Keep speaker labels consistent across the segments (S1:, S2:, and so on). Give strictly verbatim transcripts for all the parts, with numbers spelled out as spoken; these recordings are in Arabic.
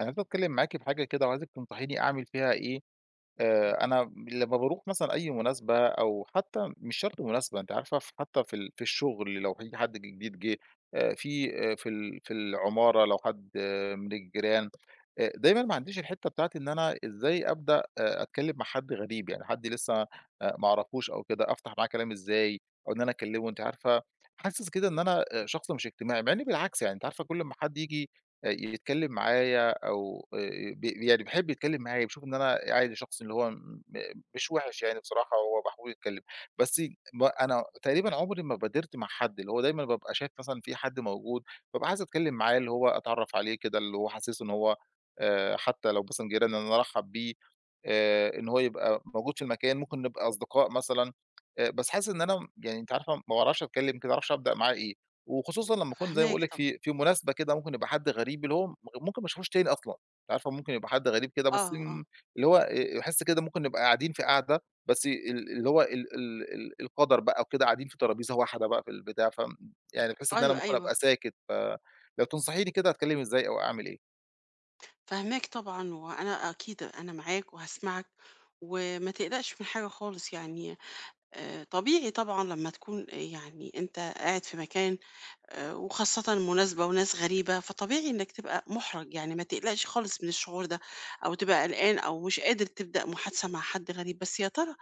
S1: أنا عايز أتكلم معاكِ في حاجة كده وعايزِك تنصحيني أعمل فيها إيه. آآ أنا لمّا باروح مثلًا أي مناسبة أو حتى مش شرط مناسبة، أنتِ عارفة ف حتى في ال في الشغل لو في حد جديد جِه، آآ في آآ في ال في العمارة لو حد آه من الجيران. آآ دايمًا ما عنديش الحتّة بتاعة إن أنا إزاي أبدأ آآ أتكلم مع حد غريب، يعني حد لسه آآ ما أعرفوش أو كده، أفتح معاه كلام إزاي أو إن أنا أكلمه. أنتِ عارفة، حاسس كده إن أنا آآ شخص مش اجتماعي، مع إني بالعكس يعني أنتِ عارفة كل أمّا حد ييجي آآ يتكلم معايا أو آآ ب يعني بيحب يتكلّم معايا، بيشوف إن أنا عادي شخص اللي هو م مش وِحِش يعني بصراحة، هو محبوب يتكلّم. بس ب أنا تقريبًا عمري ما بادرت مع حد، اللي هو دايمًا بابقى شايف مثلًا في حد موجود، بابقى عايز أتكلّم معاه، اللي هو أتعرّف عليه كده، اللي هو أحسّسه إن هو آآ حتى لو مثلًا جيران إن أنا أرحّب بيه، آآ إن هو يبقى موجود في المكان، ممكن نبقى أصدقاء مثلًا. آآ بس حاسس إن أنا يعني أنتِ عارفة ما باعرفش أتكلّم كده، ما أعرفش أبدأ معاه إيه. وخصوصًا لمّا أكون زي ما
S2: فاهماك
S1: باقول لِك
S2: طبعًا.
S1: في في مناسبة كده ممكن يبقى حد غريب اللي هو م ممكن ما اشوفوش تاني أصلًا، أنتِ عارفة ممكن يبقى حد غريب كده بس
S2: آه، آه.
S1: م اللي هو آآ باحس كده ممكن نبقى قاعدين في قعدة، بس ال اللي هو ال ال ال القدر بقى وكده قاعدين في ترابيزة واحدة بقى في البتاع، ف يعني باحس إن أنا
S2: أيوه،
S1: ممكن
S2: أيوه،
S1: أبقى ساكت، فلو تنصحيني كده أتكلم إزاي أو أعمل إيه؟
S2: فاهماك طبعًا، وأنا أكيد أنا معاك وهاسمعك، وما تقلقش من حاجة خالص. يعني آآ، طبيعي طبعًا لمّا تكون، آه، يعني أنت قاعد في مكان، آآ، وخاصةً مناسبة وناس غريبة، فطبيعي إنك تبقى مُحرَج، يعني ما تقلقش خالص من الشعور ده، أو تبقى قلقان أو مش قادر تبدأ محادثة مع حد غريب. بس يا ترى،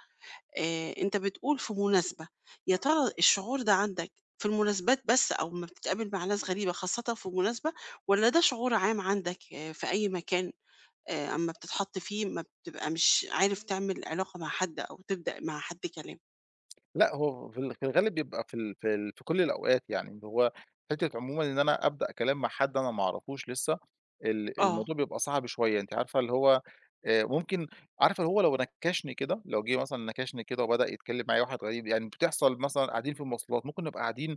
S2: آآ أنت بتقول في مناسبة، يا ترى الشعور ده عندك في المناسبات بس أو أمّا بتتقابل مع ناس غريبة خاصةً في مناسبة، والّا ده شعور عام عندك، آه، في أي مكان آآ أمّا بتتحط فيه ما بتبقى مش عارف تعمل علاقة مع حد أو تبدأ مع حد كلام؟
S1: لأ، هو في ال في الغالب بيبقى في ال في ال في كل الأوقات يعني، اللي هو حتّة عمومًا إن أنا أبدأ كلام مع حد أنا ما أعرفوش لسه، ال
S2: آه.
S1: الموضوع بيبقى صعب شوية، أنتِ عارفة اللي هو آآ ممكن عارفة اللي هو لو نكّشني كده، لو جه مثلًا نكشني كده وبدأ يتكلم معايا واحد غريب. يعني بتحصل مثلًا قاعدين في المواصلات، ممكن نبقى قاعدين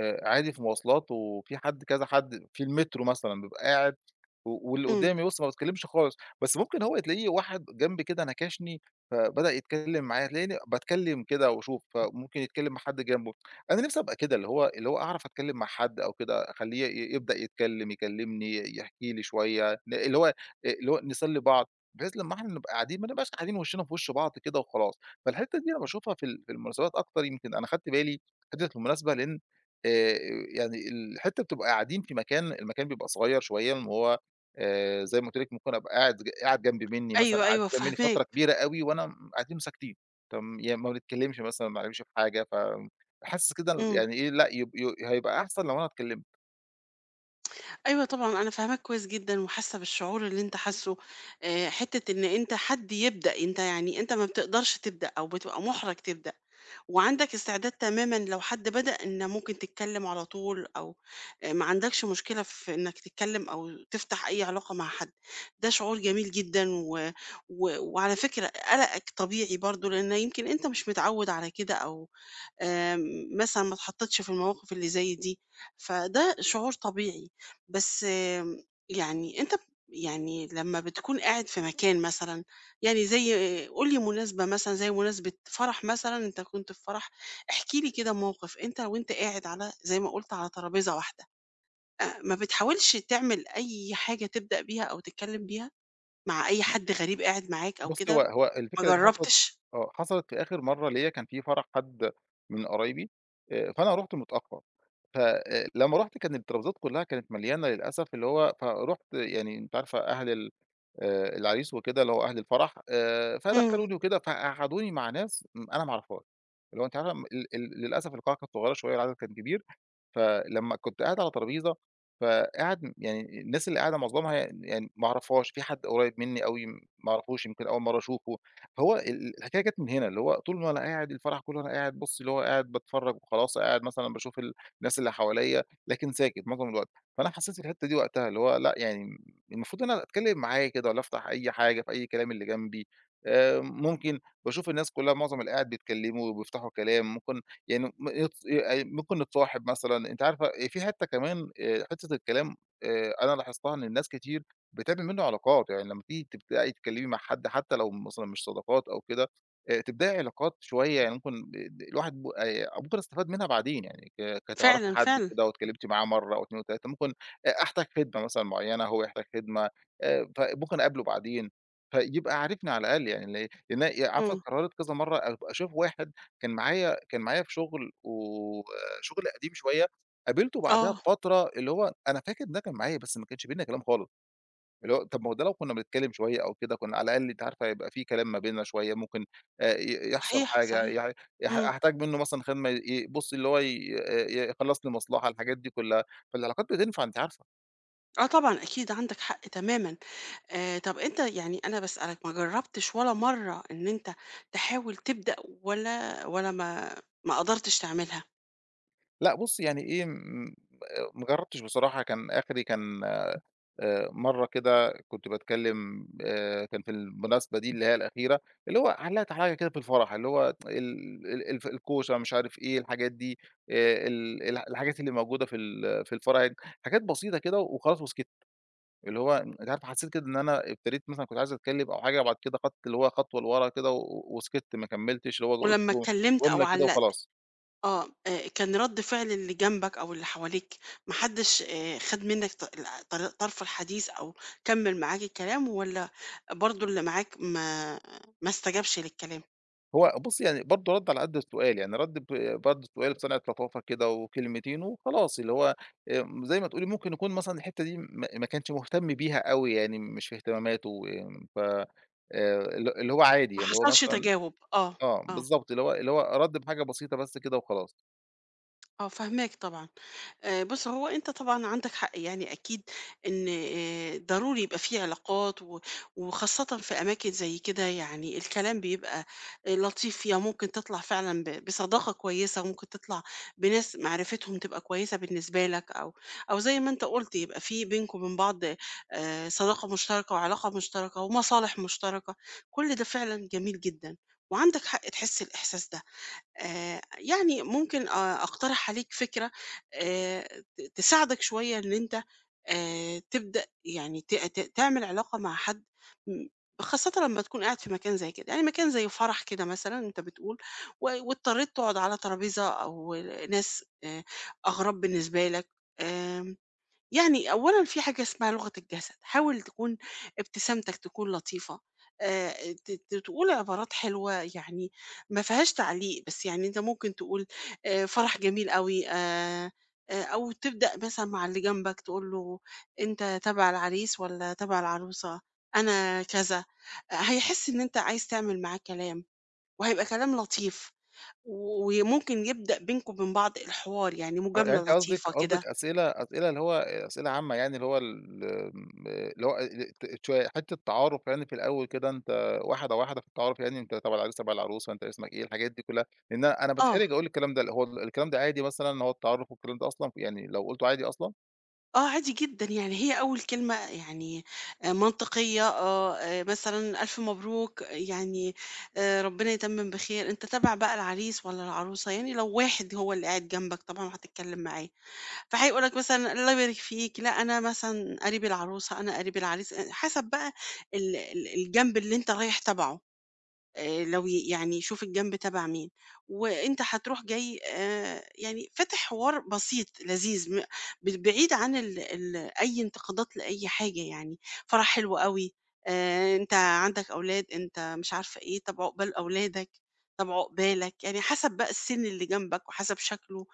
S1: آآ عادي في مواصلات، وفي حد كذا حد في المترو مثلًا، بابقى قاعد و واللي
S2: إمم.
S1: قدامي بُصّ، ما باتكلمش خالص، بس ممكن هو تلاقيه واحد جنبي كده نكشني فبدأ يتكلم معايا، تلاقيني باتكلم كده واشوف، فممكن يتكلم مع حد جنبه. أنا نفسي أبقى كده اللي هو اللي هو أعرف أتكلم مع حد أو كده، أخلّيه ي يبدأ يتكلم، يكلمني، يحكي لي شوية، ل اللي هو اللي هو نسلي بعض، بحيث لمّا إحنا نبقى قاعدين ما نبقاش قاعدين وشنا في وش بعض كده وخلاص. فالحتة دي أنا باشوفها في ال في المناسبات أكتر، يمكن أنا خدت بالي حتة المناسبة لإن آآ يعني الحتة بتبقى قاعدين في مكان، المكان بيبقى صغير شوية، وهو آآ زي ما قُلت لِك ممكن أبقى قاعد قاعد جنب منّي مثلًا،
S2: أيوه،
S1: قعدت
S2: أيوه
S1: جنب منّي فترة
S2: فاهماك.
S1: كبيرة أوي وأنا م قاعدين ساكتين. طَب يا ما بنتكلّمش مثلًا، ما بنعملش في حاجة، ف حاسس كده ال
S2: إمم.
S1: يعني إيه، لأ يب ي هيبقى أحسن لو أنا اتكلّمت.
S2: أيوه طبعًا أنا فاهماك كويس جدًا وحاسة بالشعور اللي أنت حاسُّه. آآ حتّة إن أنت حد يبدأ، أنت يعني أنت ما بتقدرش تبدأ أو بتبقى مُحرَج تبدأ. وعندك استعداد تمامًا لو حد بدأ إن ممكن تتكلم على طول، أو آآ ما عندكش مشكلة في إنك تتكلم أو تفتح أي علاقة مع حد. ده شعور جميل جدًا و و وعلى فكرة قلقك طبيعي برضه، لإن يمكن أنت مش متعود على كده، أو آمم، مثلًا ما اتحطيتش في المواقف اللي زي دي، فده شعور طبيعي. بس آمم، يعني أنت ب يعني لمّا بتكون قاعد في مكان مثلًا، يعني زي قُل لي مناسبة مثلًا زي مناسبة فرح مثلًا، أنت كنت في فرح، احكِ لي كده موقف أنت وأنت قاعد على زي ما قُلت على ترابيزة واحدة، أ ما بتحاولش تعمل أي حاجة تبدأ بيها أو تتكلم بيها مع أي
S1: ب
S2: حد غريب قاعد معاك أو
S1: بُصّي، هو
S2: كده؟
S1: هو
S2: ما
S1: الفكرة دي حصلت،
S2: جربتش؟
S1: آه، حصلت في آخر مرّة ليّا كان في فرح حد من قرايبي. آآ فأنا رُحت متأخّر، ف آآ لمّا رُحت كان الترابيزات كُلّها كانت مليانة للأسف، اللي هو فرُحت يعني أنتِ عارفة أهل ال آآ العريس وكده، اللي هو أهل الفرح. آآ
S2: إمم.
S1: فدخّلوني وكده، فقعّدوني مع ناس م أنا ما أعرفهاش، اللي هو أنتِ عارفة م ال ال للأسف القاعة كانت صغيّرة شوية والعدد كان كبير. فلمّا كنت قاعد على ترابيزة، فقاعد يعني الناس اللي قاعدة معظمها يعني ما أعرفهاش، في حد قريب منّي أوي ما أعرفوش، يمكن أول مرّة أشوفه. فهو ال الحكاية جات من هنا، اللي هو طول ما أنا قاعد الفرح كله أنا قاعد بُص، اللي هو قاعد باتفرّج وخلاص، قاعد مثلًا باشوف ال الناس اللي حواليّا، لكن ساكت معظم الوقت. فأنا حسّيت الحتّة دي وقتها اللي هو لأ، يعني المفروض إن أنا أتكلّم معاه كده والّا أفتح أي حاجة في أي كلام اللي جنبي، آآ ممكن باشوف الناس كلّها، معظم اللي قاعد بيتكلّموا وبيفتحوا كلام، ممكن يعني م يتص آآ ممكن نتصاحب مثلًا. أنتِ عارفة آآ في حتّة كمان آآ حتّة الكلام، آآ أنا لاحظتها إن الناس كتير بتعمل منّه علاقات، يعني لمّا تيجي تبدئي تتكلّمي مع حد حتّى لو مثلًا مش صداقات أو كده، آآ تبدئي علاقات شوية يعني ممكن ب الواحد ب آآ ممكن استفاد منها بعدين. يعني ك كتعرفي
S2: فعلًا،
S1: حد
S2: فعلًا.
S1: كده واتكلّمتِ معاه مرّة أو اتنين وتلاتة، ممكن أ أحتاج خدمة مثلًا معيّنة، هو يحتاج خدمة، آآ فممكن أقابله بعدين، فيبقى عارفني على الأقل. يعني ل لإن أنا عارفة
S2: إمم.
S1: قررت كذا مرّة أب أشوف واحد كان معايا كان معايا في شغل وشغل قديم شوية، قابلته بعدها
S2: آه.
S1: بفترة، اللي هو أنا فاكر إن ده كان معايا، بس ما كانش بيننا كلام خالص. اللي هو طب ما هو ده لو كنا بنتكلم شوية أو كده، كنا على الأقل أنتِ عارفة هيبقى في كلام ما بيننا شوية، ممكن آآ ي يحصل
S2: صحيح،
S1: حاجة،
S2: صحيح.
S1: يع يح
S2: إمم.
S1: أحتاج منه مثلًا خد ما ي بُصّي اللي هو ي ي يخلّص لي مصلحة، الحاجات دي كلها. فالعلاقات بتنفع أنتِ عارفة.
S2: آه طبعًا، أكيد عندك حق تمامًا. آآ طب أنت يعني أنا باسألك ما جرّبتش ولا مرّة إن أنت تحاول تبدأ، ولا ولا ما ما قدرتش تعملها؟
S1: لأ بُصّي يعني إيه، م ما جرّبتش بصراحة، كان آخري كان آآ مرّة كده كنت باتكلّم، آآ كان في المناسبة دي اللي هي الأخيرة، اللي هو علّقت عليَّ كده في الفرح، اللي هو ال ال الف الكوشة مش عارف إيه، الحاجات دي آآ ال ال الحاجات اللي موجودة في ال في الفرح، حاجات بسيطة كده وخلاص وسكِت. اللي هو أنت عارف حسّيت كده إن أنا ابتديت مثلًا كنت عايز أتكلّم أو حاجة، وبعد كده خدت اللي هو خطوة لورا كده و وسكِت ما كمّلتش، اللي هو قُلت ج
S2: ولمّا اتكلّمت أو
S1: جملة كده
S2: علّقت،
S1: وخلاص.
S2: آه. آآ كان رَد فعل اللي جنبك أو اللي حواليك، ما حدّش آآ خَد منّك ط ال طر طرف الحديث أو كمّل معاك الكلام، والّا برضه اللي معاك ما ما استجابش للكلام؟
S1: هو بُصّي، يعني برضه رَد على قد السؤال، يعني رَد ب برضه السؤال بصنعة لطافة كده وكلمتين وخلاص، اللي هو آمم، زي ما تقولي ممكن يكون مثلًا الحتّة دي ما ما كانش مهتم بيها أوي، يعني مش في اهتماماته، آمم، ف آآ، ال اللي هو عادي،
S2: ما
S1: يعني اللي هو
S2: حصلش
S1: مثلًا
S2: تجاوب. آه.
S1: آه،
S2: آه.
S1: بالضبط، اللي هو اللي هو رَد بحاجة بسيطة بس كده وخلاص.
S2: آه فاهماك طبعًا. آآ بُص، هو أنت طبعًا عندك حق، يعني أكيد إن آآ ضروري يبقى في علاقات، و وخاصةً في أماكن زي كده، يعني الكلام بيبقى آآ لطيف فيها، ممكن تطلع فعلًا ب بصداقة كويسة، وممكن تطلع بناس معرفتهم تبقى كويسة بالنسبة لك، أو أو زي ما أنت قُلت يبقى في بينكم وبين بعض آآ صداقة مشتركة وعلاقة مشتركة ومصالح مشتركة، كل ده فعلًا جميل جدًا، وعندك حق تحس الإحساس ده. آآ يعني ممكن أ أقترح عليك فكرة آآ ت تساعدك شوية، إن أنت آآ تبدأ، يعني ت ت تعمل علاقة مع حد، م خاصةً لمّا تكون قاعد في مكان زي كده، يعني مكان زي فرح كده مثلًا أنت بتقول، و واضطريت تقعد على ترابيزة أو ناس آآ أغراب بالنسبة لك. آمم. يعني أولًا في حاجة اسمها لغة الجسد، حاول تكون ابتسامتك تكون لطيفة، آآ ت ت تقول عبارات حلوة يعني ما فيهاش تعليق، بس يعني أنت ممكن تقول آآ فرح جميل أوي، آآ آآ أو تبدأ مثلًا مع اللي جنبك تقول له: "أنت تبع العريس والّا تبع العروسة؟ أنا كذا." آه، هيحس إن أنت عايز تعمل معاه كلام، وهيبقى كلام لطيف، و وممكن يبدأ بينكم وبين بعض الحوار، يعني
S1: آه، يعني
S2: مجاملة
S1: أنتِ قصدِك
S2: لطيفة كده.
S1: قصدِك أسئلة أسئلة اللي هو آآ، أسئلة عامة، يعني اللي هو ال آمم، اللي هو ال ت شوية حتّة تعارُف يعني في الأول كده، أنت واحدة، واحدة في التعارُف، يعني أنت تبع العريس، تبع العروسة، أنت اسمك إيه، الحاجات دي كلّها. لإن أنا أنا
S2: آه.
S1: باتحرج أقول الكلام ده. هو ال الكلام ده عادي مثلًا، إن هو التعارُف والكلام ده أصلًا، يعني لو قُلته عادي أصلًا؟
S2: آه، عادي جدًا. يعني هي أول كلمة يعني آآ منطقية، آه. آآ مثلًا ألف مبروك، يعني آآ ربنا يتمم بخير، أنت تابع بقى العريس والّا العروسة، يعني لو واحد هو اللي قاعد جنبك طبعًا وهتتكلم معاه، فهيقول لك مثلًا الله يبارك فيك، لأ أنا مثلًا قريب العروسة، أنا قريب العريس. آآ حسب بقى ال ال الجنب اللي أنت رايح تبعه. آآ لو ي يعني شوف الجنب تبع مين، وأنت هتروح جاي، آآ يعني فاتح حوار بسيط لذيذ، م ب بعيد عن ال ال أي انتقادات لأي حاجة يعني، فرح حلو أوي، آآ أنت عندك أولاد، أنت مش عارفة إيه، طَب عقبال أولادك، طَب عقبالك، يعني حسب بقى السن اللي جنبك وحسب شكله.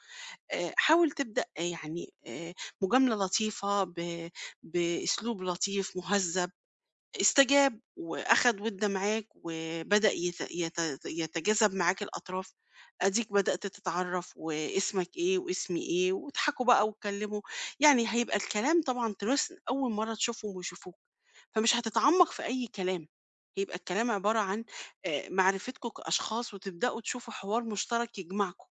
S2: آآ حاول تبدأ، آه، يعني آآ مجاملة لطيفة ب بأسلوب لطيف مهذب. استجاب وأخد وِدّى معاك، وبدأ يت يت يتجاذب معاك الأطراف، أديك بدأت تتعرّف واسمك إيه واسمي إيه، واضحكوا بقى واتكلموا. يعني هيبقى الكلام طبعًا تراث أول مرّة تشوفهم ويشوفوك، فمش هتتعمّق في أي كلام، هيبقى الكلام عبارة عن آآ معرفتكم كأشخاص، وتبدأوا تشوفوا حوار مشترك يجمعكم،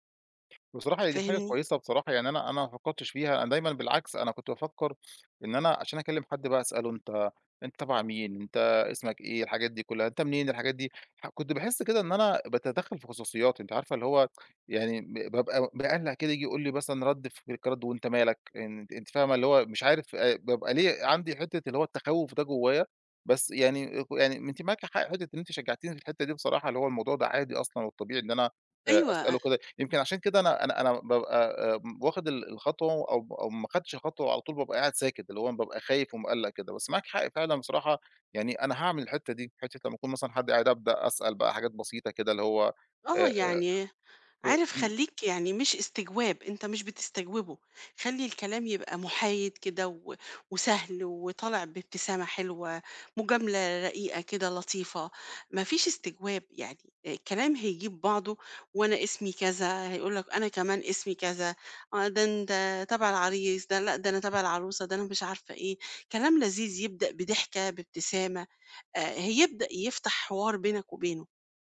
S1: بصراحة هي دي حاجة
S2: فاهمني؟
S1: كويسة بصراحة، يعني أنا أنا ما فكّرتش فيها، أنا دايمًا بالعكس أنا كنت بافكّر إن أنا عشان أكلّم حد بقى أسأله أنت، أنت تبع مين، أنت اسمك إيه، الحاجات دي كلّها، أنت منين، الحاجات دي. ح كنت باحس كده إن أنا باتدخّل في خصوصياتي، أنتِ عارفة اللي هو يعني ب بابقى مقلّق كده، ييجي يقول لي مثلًا رَد في رد، وأنت مالك، إن أنتِ فاهمة اللي هو مش عارف، آآ، بابقى ليه عندي حتّة اللي هو التخوّف ده جوّايا. بس يعني ك يعني أنتِ معاكِ حق، حتّة إن أنتِ شجّعتيني في الحتّة دي بصراحة، اللي هو الموضوع ده عادي أصلًا، والطبيعي إن أنا آآ،
S2: أيوه. أ
S1: أسأله كده. يمكن عشان كده أنا أنا أنا بابقى آمم، واخد ال الخطوة أو ب أو ما خدتش خطوة، وعلى طول بابقى قاعد ساكت، اللي هو بابقى خايف ومقلّق كده، بس معاكِ حق فعلًا بصراحة. يعني أنا هاعمل الحتّة دي، حتّة لمّا أكون مثلًا حد قاعد أبدأ أسأل بقى حاجات بسيطة كده اللي هو آآ
S2: آه،
S1: آآ
S2: يعني
S1: ف
S2: عارف،
S1: إمم،
S2: خلّيك يعني مش استجواب، أنت مش بتستجوبه. خلّي الكلام يبقى محايد كده و وسهل وطالع بابتسامة حلوة، مجاملة رقيقة كده لطيفة، ما فيش استجواب يعني. الكلام هيجيب بعضه، وأنا اسمي كذا، هيقول لك أنا كمان اسمي كذا، آه ده أنت تبع العريس، ده لأ ده أنا تبع العروسة، ده أنا مش عارفة إيه، كلام لذيذ يبدأ بضحكة، بابتسامة. آآ هيبدأ يفتح حوار بينك وبينه.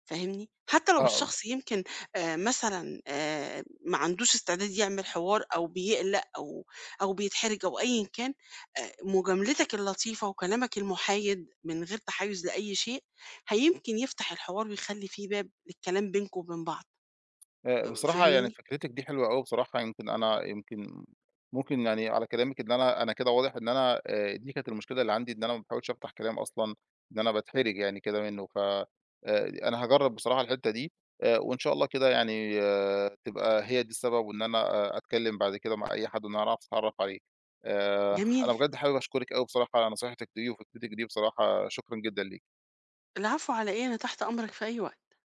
S2: فاهمني؟ حتى لو
S1: آه،
S2: الشخص يمكن آآ مثلًا آآ ما عندوش استعداد يعمل حوار أو بيقلق أو أو بيتحرج أو أيًا كان، آآ مجاملتك اللطيفة وكلامك المحايد من غير تحيُّز لأي شيء، هيمكن يفتح الحوار ويخلّي في باب للكلام بينكم وبين بعض.
S1: آآ،
S2: آآ
S1: بصراحة يعني
S2: فاهمني؟
S1: فكرتِك دي حلوة أوي بصراحة. يمكن أنا يمكن ممكن يعني على كلامِك إن أنا أنا كده واضح إن أنا، آآ، دي كانت المشكلة اللي عندي، إن أنا ما باحاولش أفتح كلام أصلًا، إن أنا باتحرج يعني كده منّه، ف آآ، أنا هاجرّب بصراحة الحتّة دي، آآ، وإن شاء الله كده يعني آه، تبقى هي دي السبب، وإن أنا آآ، أتكلّم بعد كده مع أي حد، وإن أنا أعرف أتعرّف عليه. آآ،
S2: جميل.
S1: أنا بجد حابب أشكرِك أوي بصراحة على نصيحتِك دي وفكرتِك دي بصراحة، شكرًا جدًا ليكِ.
S2: العفو على إيه، أنا تحت أمرك في أي وقت.